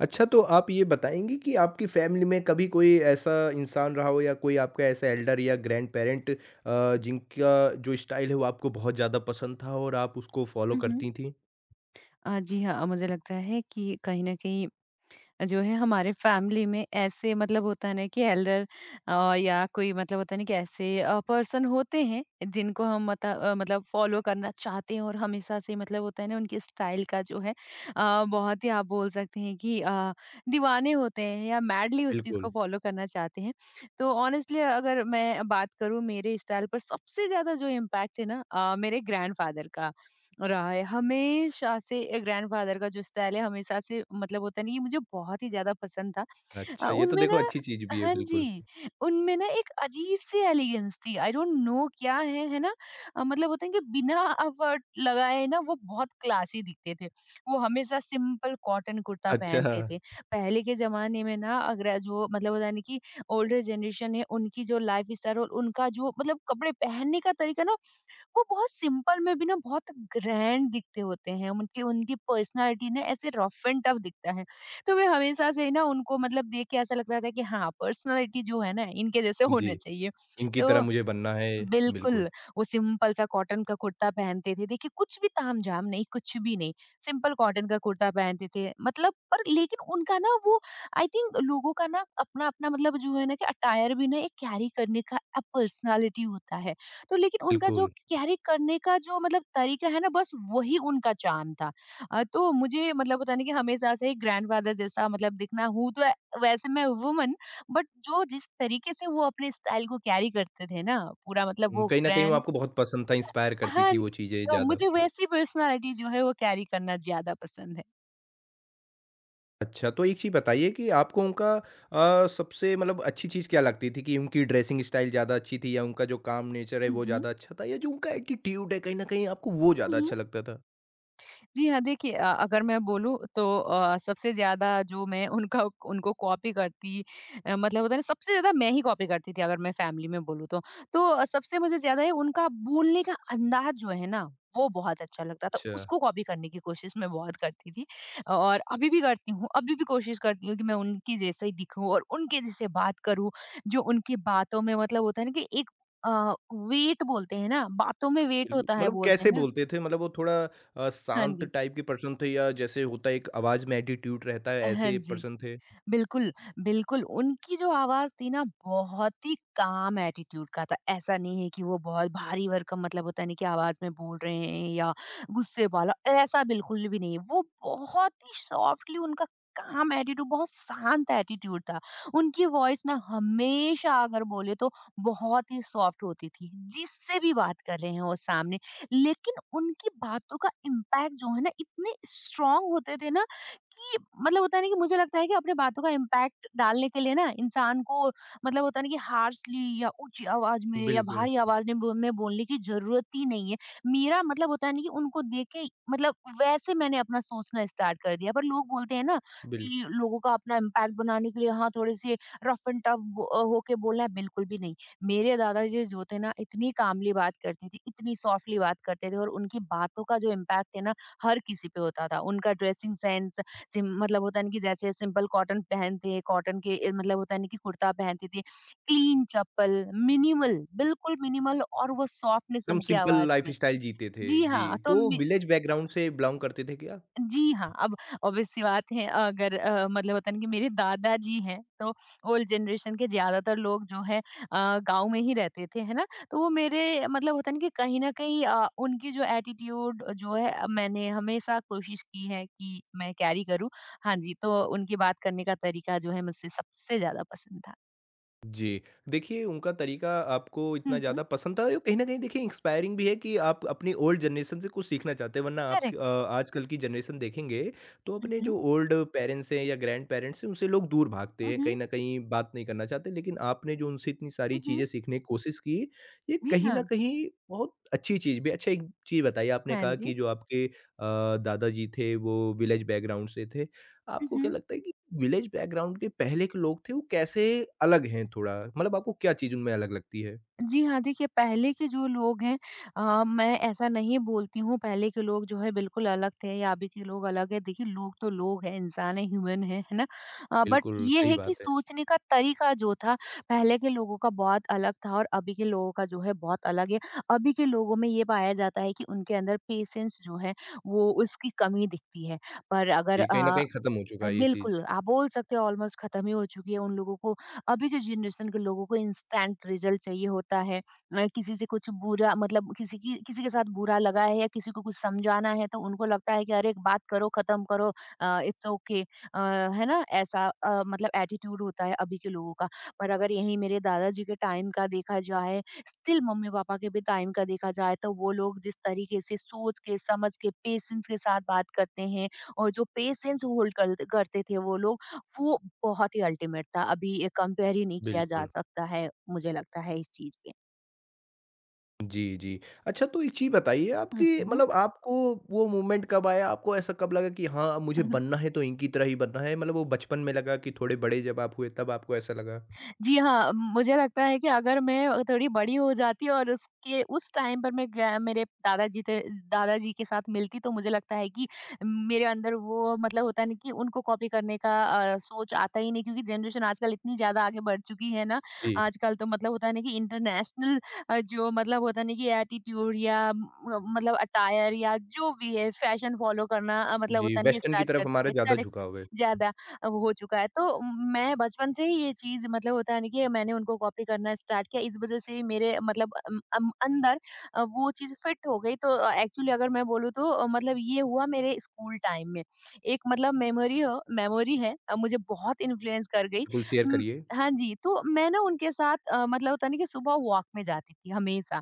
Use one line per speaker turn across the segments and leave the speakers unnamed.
अच्छा, तो आप ये बताएँगी कि आपकी फ़ैमिली में कभी कोई ऐसा इंसान रहा हो या कोई आपका ऐसा एल्डर या ग्रैंडपेरेंट जिनका जो स्टाइल है वो आपको बहुत ज़्यादा पसंद था और आप उसको फ़ॉलो
हुँ, हुँ।
करती थीं?
जी हाँ, मुझे लगता है कि कहीं न कहीं जो है हमारे फैमिली में ऐसे मतलब होता है ना कि एल्डर या कोई मतलब होता है ना कि ऐसे पर्सन होते हैं जिनको हम मत, अ, मतलब फॉलो करना चाहते हैं और हमेशा से मतलब होता है ना उनके स्टाइल का जो है बहुत ही आप बोल सकते हैं कि दीवाने होते हैं या मैडली उस चीज़ को
बिल्कुल।
फॉलो करना चाहते हैं। तो ऑनेस्टली अगर मैं बात करूँ मेरे स्टाइल पर सबसे ज़्यादा जो इम्पैक्ट है ना मेरे ग्रैंडफादर का रहा है। हमेशा से ग्रैंडफ़ादर का जो स्टाइल है हमेशा से मतलब होता नहीं ये मुझे बहुत ही ज़्यादा पसंद था। अ,
अच्छा, ये तो
उनमें
देखो
ना
अच्छी चीज़ भी है,
हाँ
बिल्कुल।
जी, उनमें ना एक अजीब सी एलिगेंस थी। आई डोंट नो क्या है ना? मतलब होता है कि बिना एफर्ट लगाए ना वो बहुत क्लासी दिखते थे। वो हमेशा सिंपल कॉटन कुर्ता
अच्छा,
पहनते थे। पहले के ज़माने में ना अगर जो मतलब होता है ना कि ओल्डर जनरेशन है उनकी जो लाइफ़स्टाइल और उनका जो मतलब कपड़े पहनने का तरीका ना वो बहुत सिंपल में भी ना बहुत ग्रैंड दिखते होते हैं। उनकी उनकी पर्सनालिटी ना ऐसे रफ एंड टफ दिखता है। तो वे हमेशा से ना उनको मतलब देख के ऐसा लगता था कि हाँ पर्सनालिटी जो है ना इनके जैसे
जी।
होना चाहिए।
इनकी तरह
तो
मुझे बनना है, बिल्कुल।
बिल्कुल, वो सिंपल सा कॉटन का कुर्ता पहनते थे। देखिए, कुछ भी तामझाम नहीं, कुछ भी नहीं, सिंपल कॉटन का कुर्ता पहनते थे। मतलब पर लेकिन उनका ना वो आई थिंक लोगों का ना अपना-अपना मतलब जो है ना कि अटायर भी ना एक कैरी करने का पर्सनैलिटी होता है। तो लेकिन उनका जो
बिल्कुल।
कैरी करने का जो मतलब तरीका है ना, बस वही उनका चार्म था। तो मुझे मतलब पता नहीं कि हमेशा से ही ग्रैंडफ़ादर जैसा मतलब दिखना हूँ, तो वैसे मैं वूमन। बट जो जिस तरीके से वो अपने स्टाइल को कैरी करते थे ना पूरा मतलब
हुँ,
वो
कहीं न कहीं वो
ग्रैंड।
आपको बहुत पसंद था, इंस्पायर करती
हाँ,
थी वो चीज़ें
तो
ज़्यादा।
मुझे वैसी पर्सनालिटी जो है वो कैरी करना ज़्यादा पसंद है।
अच्छा, तो एक चीज़ बताइए कि आपको उनका सबसे मतलब अच्छी चीज़ क्या लगती थी कि उनकी ड्रेसिंग स्टाइल ज़्यादा अच्छी थी या उनका जो काम नेचर है वो
हुँ,
ज़्यादा अच्छा था या जो उनका एटीट्यूड है कहीं न कहीं आपको वो ज़्यादा
हुँ।
अच्छा लगता था?
जी हाँ, देखिए अगर मैं बोलूँ तो सबसे ज़्यादा जो मैं उनका उनको कॉपी करती मतलब होता है ना सबसे ज़्यादा मैं ही कॉपी करती थी अगर मैं फैमिली में बोलूँ तो। तो सबसे मुझे ज़्यादा है उनका बोलने का अंदाज़ जो है ना, वो बहुत अच्छा लगता था।
अच्छा।
उसको कॉपी करने की कोशिश मैं बहुत करती थी और अभी भी करती हूँ, अभी भी कोशिश करती हूँ कि मैं उनकी जैसे ही दिखूँ और उनके जैसे बात करूँ। जो उनकी बातों में मतलब होता है ना कि एक वेट बोलते हैं ना, बातों में वेट
बिल्कुल,
होता है
मतलब
बोलते
कैसे
हैं ना।
बोलते थे? मतलब वो थोड़ा
हाँ
शांत
जी।
टाइप के पर्सन थे या जैसे होता है एक आवाज़ में एटीट्यूड रहता है
हाँ
ऐसे
जी।
पर्सन थे?
बिल्कुल, बिल्कुल, उनकी जो आवाज़ थी ना बहुत ही काम एटीट्यूड का था। ऐसा नहीं है कि वो बहुत भारी भरकम मतलब होता है नहीं कि आवाज़ में बोल रहे हैं या गुस्से वाला, ऐसा बिल्कुल भी नहीं। वो बहुत ही सॉफ्टली उनका काम एटीट्यूड बहुत शांत एटीट्यूड था। उनकी वॉइस ना हमेशा अगर बोले तो बहुत ही सॉफ्ट होती थी, जिससे भी बात कर रहे हैं वो सामने। लेकिन उनकी बातों का इम्पैक्ट जो है ना इतने स्ट्रॉन्ग होते थे ना कि मतलब होता है ना कि मुझे लगता है कि अपने बातों का इम्पैक्ट डालने के लिए ना इंसान को मतलब होता है ना कि हार्शली या ऊंची आवाज में या
बिल्कुल,
भारी आवाज में बोलने की जरूरत ही नहीं है। मेरा मतलब होता है ना कि उनको देख के मतलब वैसे मैंने अपना सोचना स्टार्ट कर दिया पर लोग बोलते हैं ना
बिल
कि लोगों का अपना इम्पैक्ट बनाने के लिए हाँ थोड़े से रफ एंड टफ होके बोलना है बिल्कुल भी नहीं। मेरे दादाजी जो थे ना इतनी कामली बात करते थे इतनी सॉफ्टली बात करते थे और उनकी बातों का जो इम्पैक्ट है ना हर किसी पे होता था। उनका ड्रेसिंग सेंस सिम मतलब होता है ना कि जैसे सिंपल कॉटन पहनते, कॉटन के मतलब होता है ना कि कुर्ता पहनते थे। क्लीन चप्पल, मिनिमल, बिल्कुल मिनिमल और वो सॉफ्टनेस
एकदम
उनकी
सिंपल
आवाज़ में।
लाइफ़स्टाइल जीते थे।
जी
जी,
हाँ, तो
तो
मे
विलेज बैकग्राउंड से बिलॉन्ग करते थे क्या?
जी हाँ, अब ऑब्वियस सी बात है। अगर मतलब होता है ना कि मेरे दादाजी हैं, तो ओल्ड जनरेशन के ज़्यादातर लोग जो है गाँव में ही रहते थे, है ना? तो वो मेरे मतलब होता है ना कि कहीं न कहीं उनकी जो एटीट्यूड जो है मैंने हमेशा कोशिश की है कि मैं कैरी करूँ। हाँ जी, तो उनकी बात करने का तरीका जो है मुझसे सबसे ज़्यादा पसंद था।
जी। देखिए उनका तरीका आपको इतना
हुँ, हुँ।
ज़्यादा पसंद था और कहीं न कहीं देखिए इंस्पायरिंग भी है कि आप अपनी ओल्ड जनरेशन से कुछ सीखना चाहते हैं वरना आप
करेक्ट।
आजकल की जनरेशन देखेंगे तो
हुँ,
अपने
हुँ।
जो ओल्ड पेरेंट्स हैं या ग्रैंड-पेरेंट्स हैं उनसे लोग दूर भागते
हुँ,
हैं, कहीं
हुँ।
न कहीं बात नहीं करना चाहते लेकिन आपने जो उनसे इतनी सारी
हुँ,
चीज़ें
हुँ।
सीखने की कोशिश की, ये
जी
कहीं न
हाँ।
कहीं बहुत अच्छी चीज़ भी है। अच्छा एक चीज़ बताइए आपने
हाँ
कहा
जी।
कि जो आपके दादाजी थे वो विलेज बैकग्राउंड से थे।
हुँ,
आपको क्या
हुँ।
लगता है कि विलेज बैकग्राउंड के पहले के लोग थे, वो कैसे अलग हैं थोड़ा? मतलब आपको क्या चीज़ उनमें अलग लगती है?
जी हाँ, देखिए पहले के जो लोग हैं मैं ऐसा नहीं बोलती हूँ पहले के लोग जो है बिल्कुल अलग थे या अभी के लोग अलग हैं। देखिए लोग तो लोग हैं, इंसान है, ह्यूमन है ना? बट
बिल्कुल,
ये
सही
है कि
बात है।
सोचने का तरीका जो था पहले के लोगों का बहुत अलग था और अभी के लोगों का जो है बहुत अलग है। अभी के लोगों में ये पाया जाता है कि उनके अंदर पेशेंस जो है वो उसकी कमी दिखती है। पर अगर
ये कहीं न कहीं खत्म हो चुका है ये चीज़।
बिल्कुल, आप बोल सकते हो ऑलमोस्ट खत्म ही हो चुकी है उन लोगों को। अभी के जनरेशन के लोगों को इंस्टेंट रिजल्ट चाहिए होता है। किसी से कुछ बुरा मतलब किसी की किसी के साथ बुरा लगा है या किसी को कुछ समझाना है तो उनको लगता है कि अरे एक बात करो, खत्म करो। इट्स ओके है ना? ऐसा मतलब एटीट्यूड होता है अभी के लोगों का। पर अगर यहीं मेरे दादाजी के टाइम का देखा जाए, स्टिल मम्मी-पापा के भी टाइम का देखा जाए तो वो लोग जिस तरीके से सोच के, समझ के, पेशेंस के साथ बात करते हैं और जो पेशेंस होल्ड कर करते थे वो लोग, वो बहुत ही अल्टीमेट था। अभी कंपेयर ही नहीं किया जा
बिल्कुल।
सकता है, मुझे लगता है इस चीज़ पे।
जी, जी। अच्छा तो एक चीज़ बताइए
हुँ,
आपकी
हुँ।
मतलब आपको वो मूवमेंट कब आया? आपको ऐसा कब लगा कि हाँ, अब मुझे बनना है तो इनकी तरह ही बनना है? मतलब वो बचपन में लगा कि थोड़े बड़े जब आप हुए तब आपको ऐसा लगा?
जी हाँ, मुझे लगता है कि अगर मैं थोड़ी बड़ी हो जाती और उसके उस टाइम पर मैं ग्रै मेरे दादाजी थे दादाजी के साथ मिलती तो मुझे लगता है कि मेरे अंदर वो मतलब होता है ना कि उनको कॉपी करने का सोच आता ही नहीं क्योंकि जनरेशन आजकल इतनी ज़्यादा आगे बढ़ चुकी है ना,
जी,
आजकल तो मतलब होता है ना कि इंटरनेशनल जो मतलब होता है ना कि एटीट्यूड या म मतलब अटायर या जो भी है फैशन फ़ॉलो करना मतलब
जी।
होता है ना कि
वेस्टर्न की
स्टार्ट
तरफ
कर
हमारा
चुके हैं।
ज़्यादा
करेक्ट,
झुकाव है।
ज़्यादा। अब हो चुका है। तो मैं बचपन से ही ये चीज़ मतलब होता है ना कि मैंने उनको कॉपी करना स्टार्ट किया, इस वज़ह से ही मेरे मतलब अम अम अंदर वो चीज़ फिट हो गई। तो एक्चुअली अगर मैं बोलूँ तो मतलब ये हुआ मेरे स्कूल टाइम में। एक मतलब मेमोरी है मुझे बहुत इन्फ्लुएंस कर गई।
बिल्कुल शेयर
उम,
करिए।
हाँ जी, तो मैं ना उनके साथ मतलब होता है ना कि सुबह वॉक में जाती थी हमेशा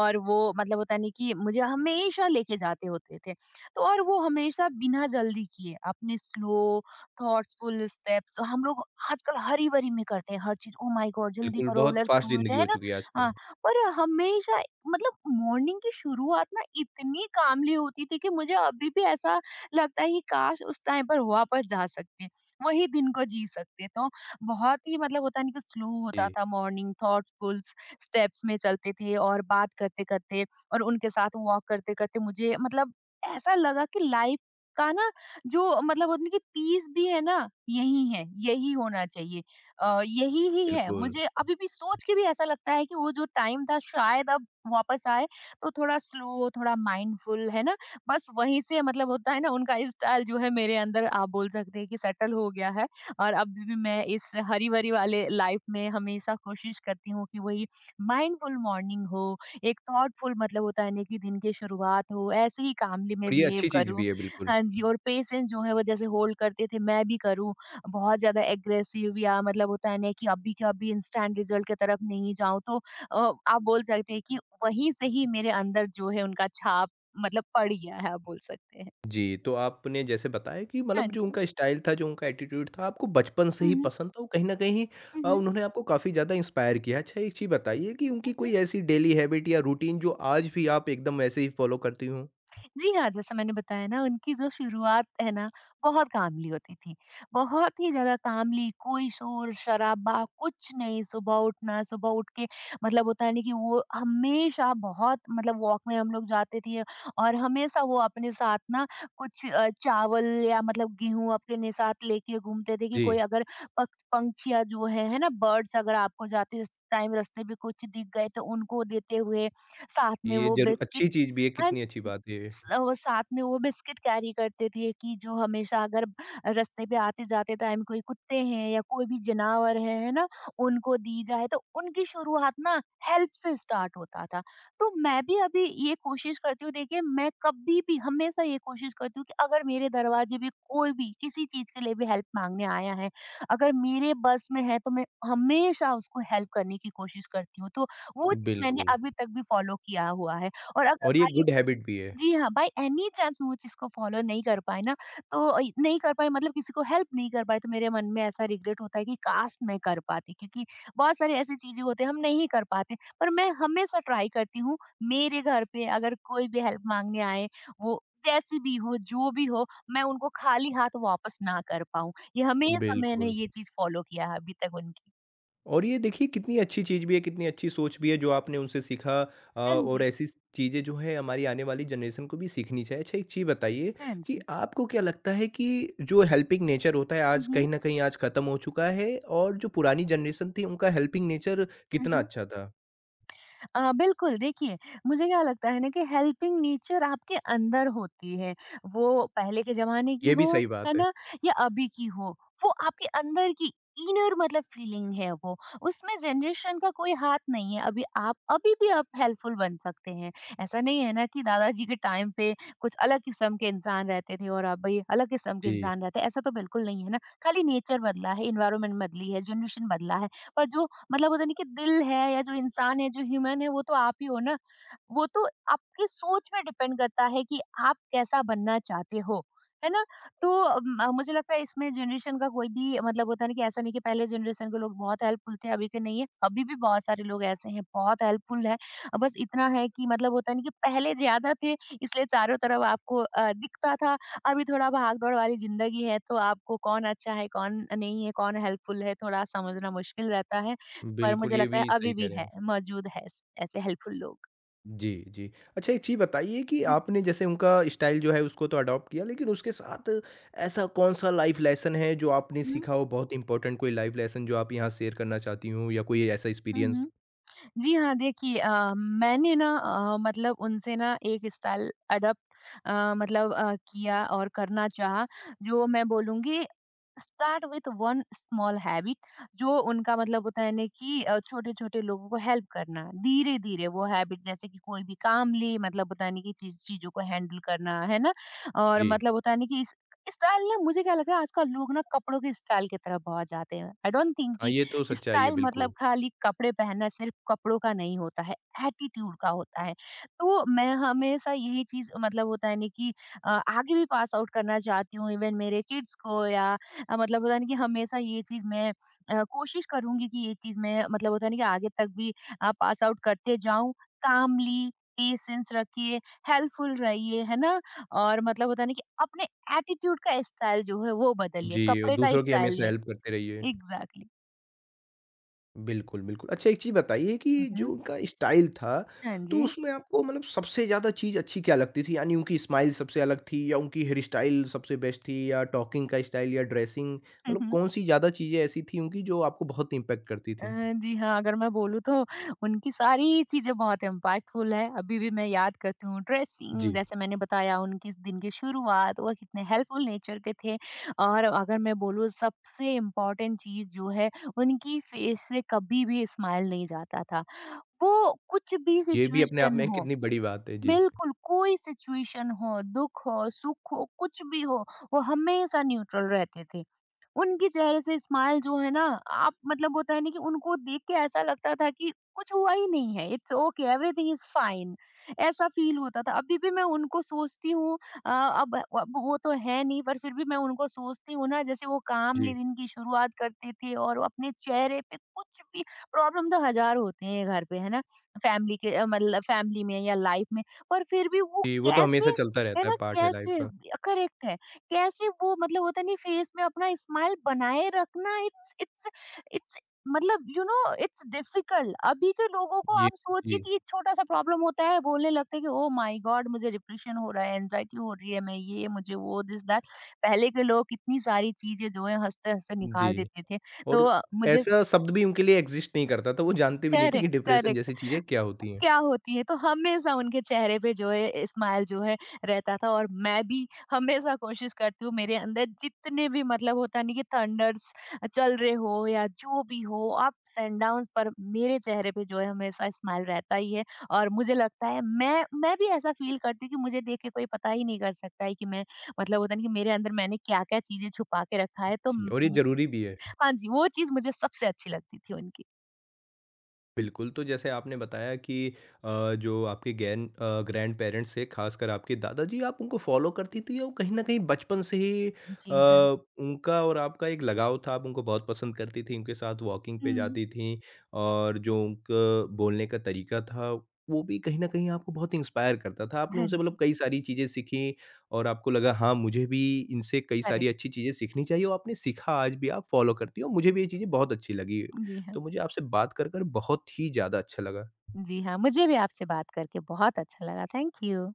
और वो मतलब होता है ना कि मुझे हमेशा लेके जाते होते थे। तो और वो हमेशा बिना जल्दी किए अपने स्लो थॉटफुल स्टेप्स। हम लोग आजकल हरी-बरी में करते हैं हर चीज़, ओह माय गॉड! जल्दी
बिल्कुल,
करो,
बहुत
लेट्स
फ़ास्ट
डू इट
ज़िंदगी
है
हो
ना?
चुकी है आजकल।
हाँ, पर हमेशा मतलब मॉर्निंग की शुरुआत ना इतनी कामली होती थी कि मुझे अभी भी ऐसा लगता है कि काश उस टाइम पर वापस जा सकते, वही दिन को जी सकते। तो बहुत ही मतलब होता नहीं कि स्लो होता
जी,
था मॉर्निंग थॉटफुल स्टेप्स में चलते थे और बात करते-करते और उनके साथ वॉक करते-करते मुझे मतलब ऐसा लगा कि लाइफ का ना जो मतलब होता है कि पीस भी है ना यही है, यही होना चाहिए। यही ही है
बिल्कुल।
मुझे अभी भी सोच के भी ऐसा लगता है कि वो जो टाइम था शायद अब वापस आए तो थोड़ा स्लो, थोड़ा माइंडफुल है ना? बस वहीं से मतलब होता है ना उनका स्टाइल जो है मेरे अंदर आप बोल सकते हैं कि सेटल हो गया है। और अभी भी मैं इस हरी-भरी वाले लाइफ में हमेशा कोशिश करती हूँ कि वही माइंडफुल मॉर्निंग हो, एक थॉटफुल मतलब होता है ना कि दिन की शुरुआत हो, ऐसे ही कामली मैं
और ये
बिहेव
अच्छी चीज़
करूँ।
भी है बिल्कुल।
हाँ जी, और पेशेंस जो है वो जैसे होल्ड करते थे, मैं भी करूँ, बहुत ज़्यादा एग्रेसिव या मतलब होता है ना कि अभी के अभी इंस्टेंट रिजल्ट की तरफ नहीं जाऊँ, तो आप बोल सकते हैं कि वहीं से ही मेरे अंदर जो है उनका छाप मतलब पड़ गया है, आप बोल सकते हैं।
जी, तो आपने जैसे बताया कि
हाँ
मतलब जो
जी।
उनका स्टाइल था, जो उनका एटीट्यूड था, आपको बचपन से
हुँ,
ही
हुँ।
पसंद था, वो कहीं न कहीं
हुँ, हुँ।
उन्होंने आपको काफ़ी ज़्यादा इंस्पायर किया। अच्छा एक चीज़ बताइए कि उनकी
हुँ,
कोई
हुँ।
ऐसी डेली हैबिट या रूटीन जो आज भी आप एकदम वैसे ही फॉलो करती हों?
जी हाँ, जैसा मैंने बताया ना उनकी जो शुरुआत है ना, बहुत कामली होती थी। बहुत ही ज़्यादा कामली, कोई शोर-शराबा कुछ नहीं, सुबह उठना, सुबह उठ के मतलब होता है ना कि वो हमेशा बहुत मतलब वॉक में हम लोग जाते थे। और हमेशा वो अपने साथ ना कुछ चावल या मतलब गेहूँ अपने साथ लेके घूमते थे कि कोई
जी,
अगर पक्ष पंछियाँ जो हैं, है ना, बर्ड्स अगर आपको जाते टाइम रास्ते में कुछ दिख गए तो उनको देते हुए, साथ में
ये
वो
ज़रूर
बिस्किट।
अच्छी चीज़ भी है,
हाँ,
कितनी अच्छी बात है ये।
स वो साथ में वो बिस्किट कैरी करते थे कि जो हमेशा अगर रास्ते पे आते-जाते टाइम कोई कुत्ते हैं या कोई भी जानवर है ना? उनको दी जाए तो उनकी शुरुआत ना हेल्प से स्टार्ट होता था। तो मैं भी अभी ये कोशिश करती हूँ, देखिए मैं कभी भी हमेशा ये कोशिश करती हूँ कि अगर मेरे दरवाजे पे कोई भी किसी चीज़ के लिए भी हेल्प माँगने आया है, अगर मेरे बस में है तो मैं हमेशा उसको हेल्प करने की कोशिश करती हूँ। तो वो चीज़ मैंने
बिल्कुल,
अभी तक भी फॉलो किया हुआ है। और अगर
और ये
बाई
गुड हैबिट भी है।
जी हाँ, बाय एनी चांस वो चीज़ को फॉलो नहीं कर पाए ना, तो नहीं कर पाए मतलब किसी को हेल्प नहीं कर पाए, तो मेरे मन में ऐसा रिग्रेट होता है कि काश मैं कर पाती, क्योंकि बहुत सारी ऐसी चीज़ें होती हैं हम नहीं कर पाते। पर मैं हमेशा ट्राई करती हूँ, मेरे घर पे अगर कोई भी हेल्प माँगने आए, वो जैसी भी हो, जो भी हो, मैं उनको खाली हाथ वापस ना कर पाऊँ। ये हमेशा मैंने
बिल्कुल।
ये चीज़ फॉलो किया है अभी तक उनकी।
और ये देखिए कितनी अच्छी चीज़ भी है, कितनी अच्छी सोच भी है जो आपने उनसे सीखा
हाँ
और
जी,
ऐसी चीज़ें जो है हमारी आने वाली जनरेशन को भी सीखनी चाहिए। अच्छा एक चीज़ बताइए
हाँ
कि
जी।
आपको क्या लगता है कि जो हेल्पिंग नेचर होता है
हुँ,
आज
हुँ।
कहीं न कहीं आज ख़त्म हो चुका है और जो पुरानी जनरेशन थी उनका हेल्पिंग नेचर
हुँ,
कितना
हुँ।
अच्छा था?
बिल्कुल देखिए, मुझे क्या लगता है ना कि हेल्पिंग नेचर आपके अंदर होती है। वो पहले के ज़माने की
ये भी
हो,
सही
है
बात है।
ना? या अभी की हो, वो आपके अंदर की इनर मतलब फीलिंग है वो। उसमें जनरेशन का कोई हाथ नहीं है। अभी भी आप हेल्पफुल बन सकते हैं। ऐसा नहीं है ना कि दादाजी के टाइम पे कुछ अलग किस्म के इंसान रहते थे और अभी अलग किस्म के
जी,
इंसान रहते हैं, ऐसा तो बिल्कुल नहीं है ना। खाली नेचर बदला है, एनवायरनमेंट बदली है, जनरेशन बदला है, पर जो मतलब होता नहीं कि दिल है या जो इंसान है, जो ह्यूमन है, वो तो आप ही हो ना। वो तो आपकी सोच में डिपेंड करता है कि आप कैसा बनना चाहते हो, है ना? तो मुझे लगता है इसमें जनरेशन का कोई भी मतलब होता है ना कि ऐसा नहीं कि पहले जनरेशन के लोग बहुत हेल्पफुल थे, अभी के नहीं है। अभी भी बहुत सारे लोग ऐसे हैं, बहुत हेल्पफुल है। बस इतना है कि मतलब होता है ना कि पहले ज़्यादा थे इसलिए चारों तरफ आपको दिखता था। अभी थोड़ा भाग-दौड़ वाली ज़िंदगी है तो आपको कौन अच्छा है, कौन नहीं है, कौन हेल्पफुल है, थोड़ा समझना मुश्किल रहता है। पर
बिल्कुल
मुझे
ये
लगता है
भी
अभी
सही कह
भी
रहे हैं
है,
आप।
मौजूद है ऐसे हेल्पफुल लोग।
जी, जी। अच्छा एक चीज़ बताइए कि आपने जैसे उनका स्टाइल जो है उसको तो अडॉप्ट किया लेकिन उसके साथ ऐसा कौन-सा लाइफ़ लेसन है जो आपने
हुँ,
सीखा हो बहुत इम्पोर्टेंट कोई लाइफ़ लेसन जो आप यहाँ शेयर करना चाहती हो या कोई ऐसा
हुँ,
एक्सपीरियंस?
हुँ। जी हाँ, देखिए मैंने ना मतलब उनसे ना एक स्टाइल अडॉप्ट किया और करना चाहा, जो मैं बोलूँगी start with one small habit जो उनका मतलब होता है ना कि छोटे-छोटे लोगों को हेल्प करना। धीरे-धीरे वो हैबिट जैसे कि कोई भी काम ले मतलब होता है ना कि चीज़ों को हैंडल करना, है ना? और
जी।
मतलब होता है ना कि इस स्टाइल ना मुझे क्या लगता है आजकल लोग ना कपड़ों के स्टाइल की तरफ बहुत जाते हैं। आई डोंट थिंक
हाँ,
कि
ये तो सच्चाई है
स्टाइल मतलब
बिल्कुल।
खाली कपड़े पहनना सिर्फ कपड़ों का नहीं होता है, एटीट्यूड का होता है। तो मैं हमेशा यही चीज़ मतलब होता है ना कि आगे भी पास आउट करना चाहती हूँ इवन मेरे किड्स को या मतलब होता है ना कि हमेशा ये चीज़ मैं कोशिश करूँगी कि ये चीज़ मैं मतलब होता है ना कि आगे तक भी पास आउट करते जाऊँ। कामली पेशेंस रखिए, हेल्पफुल रहिए, है ना? और मतलब होता है ना कि अपने एटीट्यूड का स्टाइल जो है वो बदलिए,
जी, और
कपड़े का
दूसरों की
स्टाइल
हमेशा
नहीं।
हेल्प करते रहिए।
एग्ज़ैक्टली।
बिल्कुल, बिल्कुल। अच्छा एक चीज़ बताइए कि
हुँ,
जो
हुँ।
उनका स्टाइल था,
हाँ
तो
जी।
उसमें आपको मतलब सबसे ज़्यादा चीज़ अच्छी क्या लगती थी? यानी उनकी स्माइल सबसे अलग थी या उनकी हेयर स्टाइल सबसे बेस्ट थी या टॉकिंग का स्टाइल या ड्रेसिंग
हुँ,
मतलब
हुँ।
कौन-सी ज़्यादा चीज़ें ऐसी थी उनकी जो आपको बहुत इम्पैक्ट करती
अ,
थी?
जी हाँ, अगर मैं बोलूँ तो उनकी सारी चीज़ें बहुत इम्पैक्टफुल है, अभी भी मैं याद करती हूँ। ड्रेसिंग
जी।
जैसे मैंने बताया उनकी दिन की शुरुआत, वो कितने हेल्पफुल नेचर के थे। और अगर मैं बोलूँ सबसे इम्पोर्टेंट चीज़ जो है उनकी फेस से कभी भी स्माइल नहीं जाता था। वो कुछ भी
ये भी अपने आप
सिचुएशन
में
हो,
कितनी बड़ी बात है। जी।
बिल्कुल कोई सिचुएशन हो, दुःख हो, सुख हो, कुछ भी हो, वो हमेशा न्यूट्रल रहते थे। उनके चेहरे से स्माइल जो है ना आप मतलब होता है ना कि उनको देख के ऐसा लगता था कि कुछ हुआ ही नहीं है, it's okay, everything is fine. ऐसा फील होता था, अभी भी मैं उनको सोचती हूँ। अ, अब अब वो तो है नहीं पर फिर भी मैं उनको सोचती हूँ ना, जैसे वो कामली
जी।
दिन की शुरुआत करते थे और वो अपने चेहरे पे कुछ भी प्रॉब्लम तो हजार होते हैं घर पे है ना, फैमिली के मतलब फैमिली में या लाइफ में, पर फिर भी वो
जी, वो तो हमेशा
कैसे,
चलता
है
रहता है
ना,
पार्ट है लाइफ़
कैसे
का।
करेक्ट है, कैसे वो मतलब होता नहीं फेस में अपना स्माइल बनाए रखना। इट्स इट्स इट्स मतलब इट्स डिफिकल्ट, अभी के लोगों को
ये
आप सोचिए
जी,
कि एक छोटा सा प्रॉब्लम होता है बोलने लगते हैं कि ओ माय गॉड मुझे डिप्रेशन हो रहा है, एनजाइटी हो रही है, मैं ये मुझे वो दिस दैट। पहले के लोग कितनी सारी चीजें जो है हंसते हंसते
जी
निकाल देते थे।
और
तो मुझे
ऐसा शब्द भी उनके लिए एग्ज़िस्ट नहीं करता था, वो जानते भी नहीं थे कि
करेक्ट,
डिप्रेशन
करेक्ट।
जैसी चीज़ें क्या होती हैं?
क्या होती है, तो हमेशा उनके चेहरे पे जो है स्माइल जो है रहता था। और मैं भी हमेशा कोशिश करती हूँ मेरे अंदर जितने भी मतलब होता नहीं कि थंडर्स चल रहे हो या जो भी हो, अप्स एंड डाउन्स पर मेरे चेहरे पे जो है हमेशा स्माइल रहता ही है। और मुझे लगता है मैं भी ऐसा फ़ील करती हूँ कि मुझे देख के कोई पता ही नहीं कर सकता है कि मैं मतलब होता है ना कि मेरे अंदर मैंने क्या-क्या चीज़ें छुपा के रखा है तो
जी, और ये ज़रूरी भी है।
हाँ जी, वो चीज़ मुझे सबसे अच्छी लगती थी उनकी।
बिल्कुल, तो जैसे आपने बताया कि जो आपके ग्रैंड पेरेंट्स थे, ख़ासकर आपके दादाजी, आप उनको फ़ॉलो करती थीं और कहीं न कहीं बचपन से ही
जी हाँ।
उनका और आपका एक लगाव था, आप उनको बहुत पसंद करती थीं, उनके साथ वॉकिंग
हुँ।
पे जाती थीं और जो उनका बोलने का तरीका था, वो भी कहीं न कहीं आपको बहुत इंस्पायर करता था। आपने
हाँ
उनसे मतलब
जी,
कई सारी चीज़ें सीखीं और आपको लगा, हाँ, मुझे भी इनसे कई सारी
करेक्ट।
अच्छी चीज़ें सीखनी चाहिए और आपने सीखा, आज भी आप फ़ॉलो करती हो। मुझे भी ये चीज़ें बहुत अच्छी लगी।
जी
तो
हाँ।
मुझे आपसे बात कर कर बहुत ही ज़्यादा अच्छा लगा।
जी हाँ, मुझे भी आपसे बात करके बहुत अच्छा लगा। Thank you.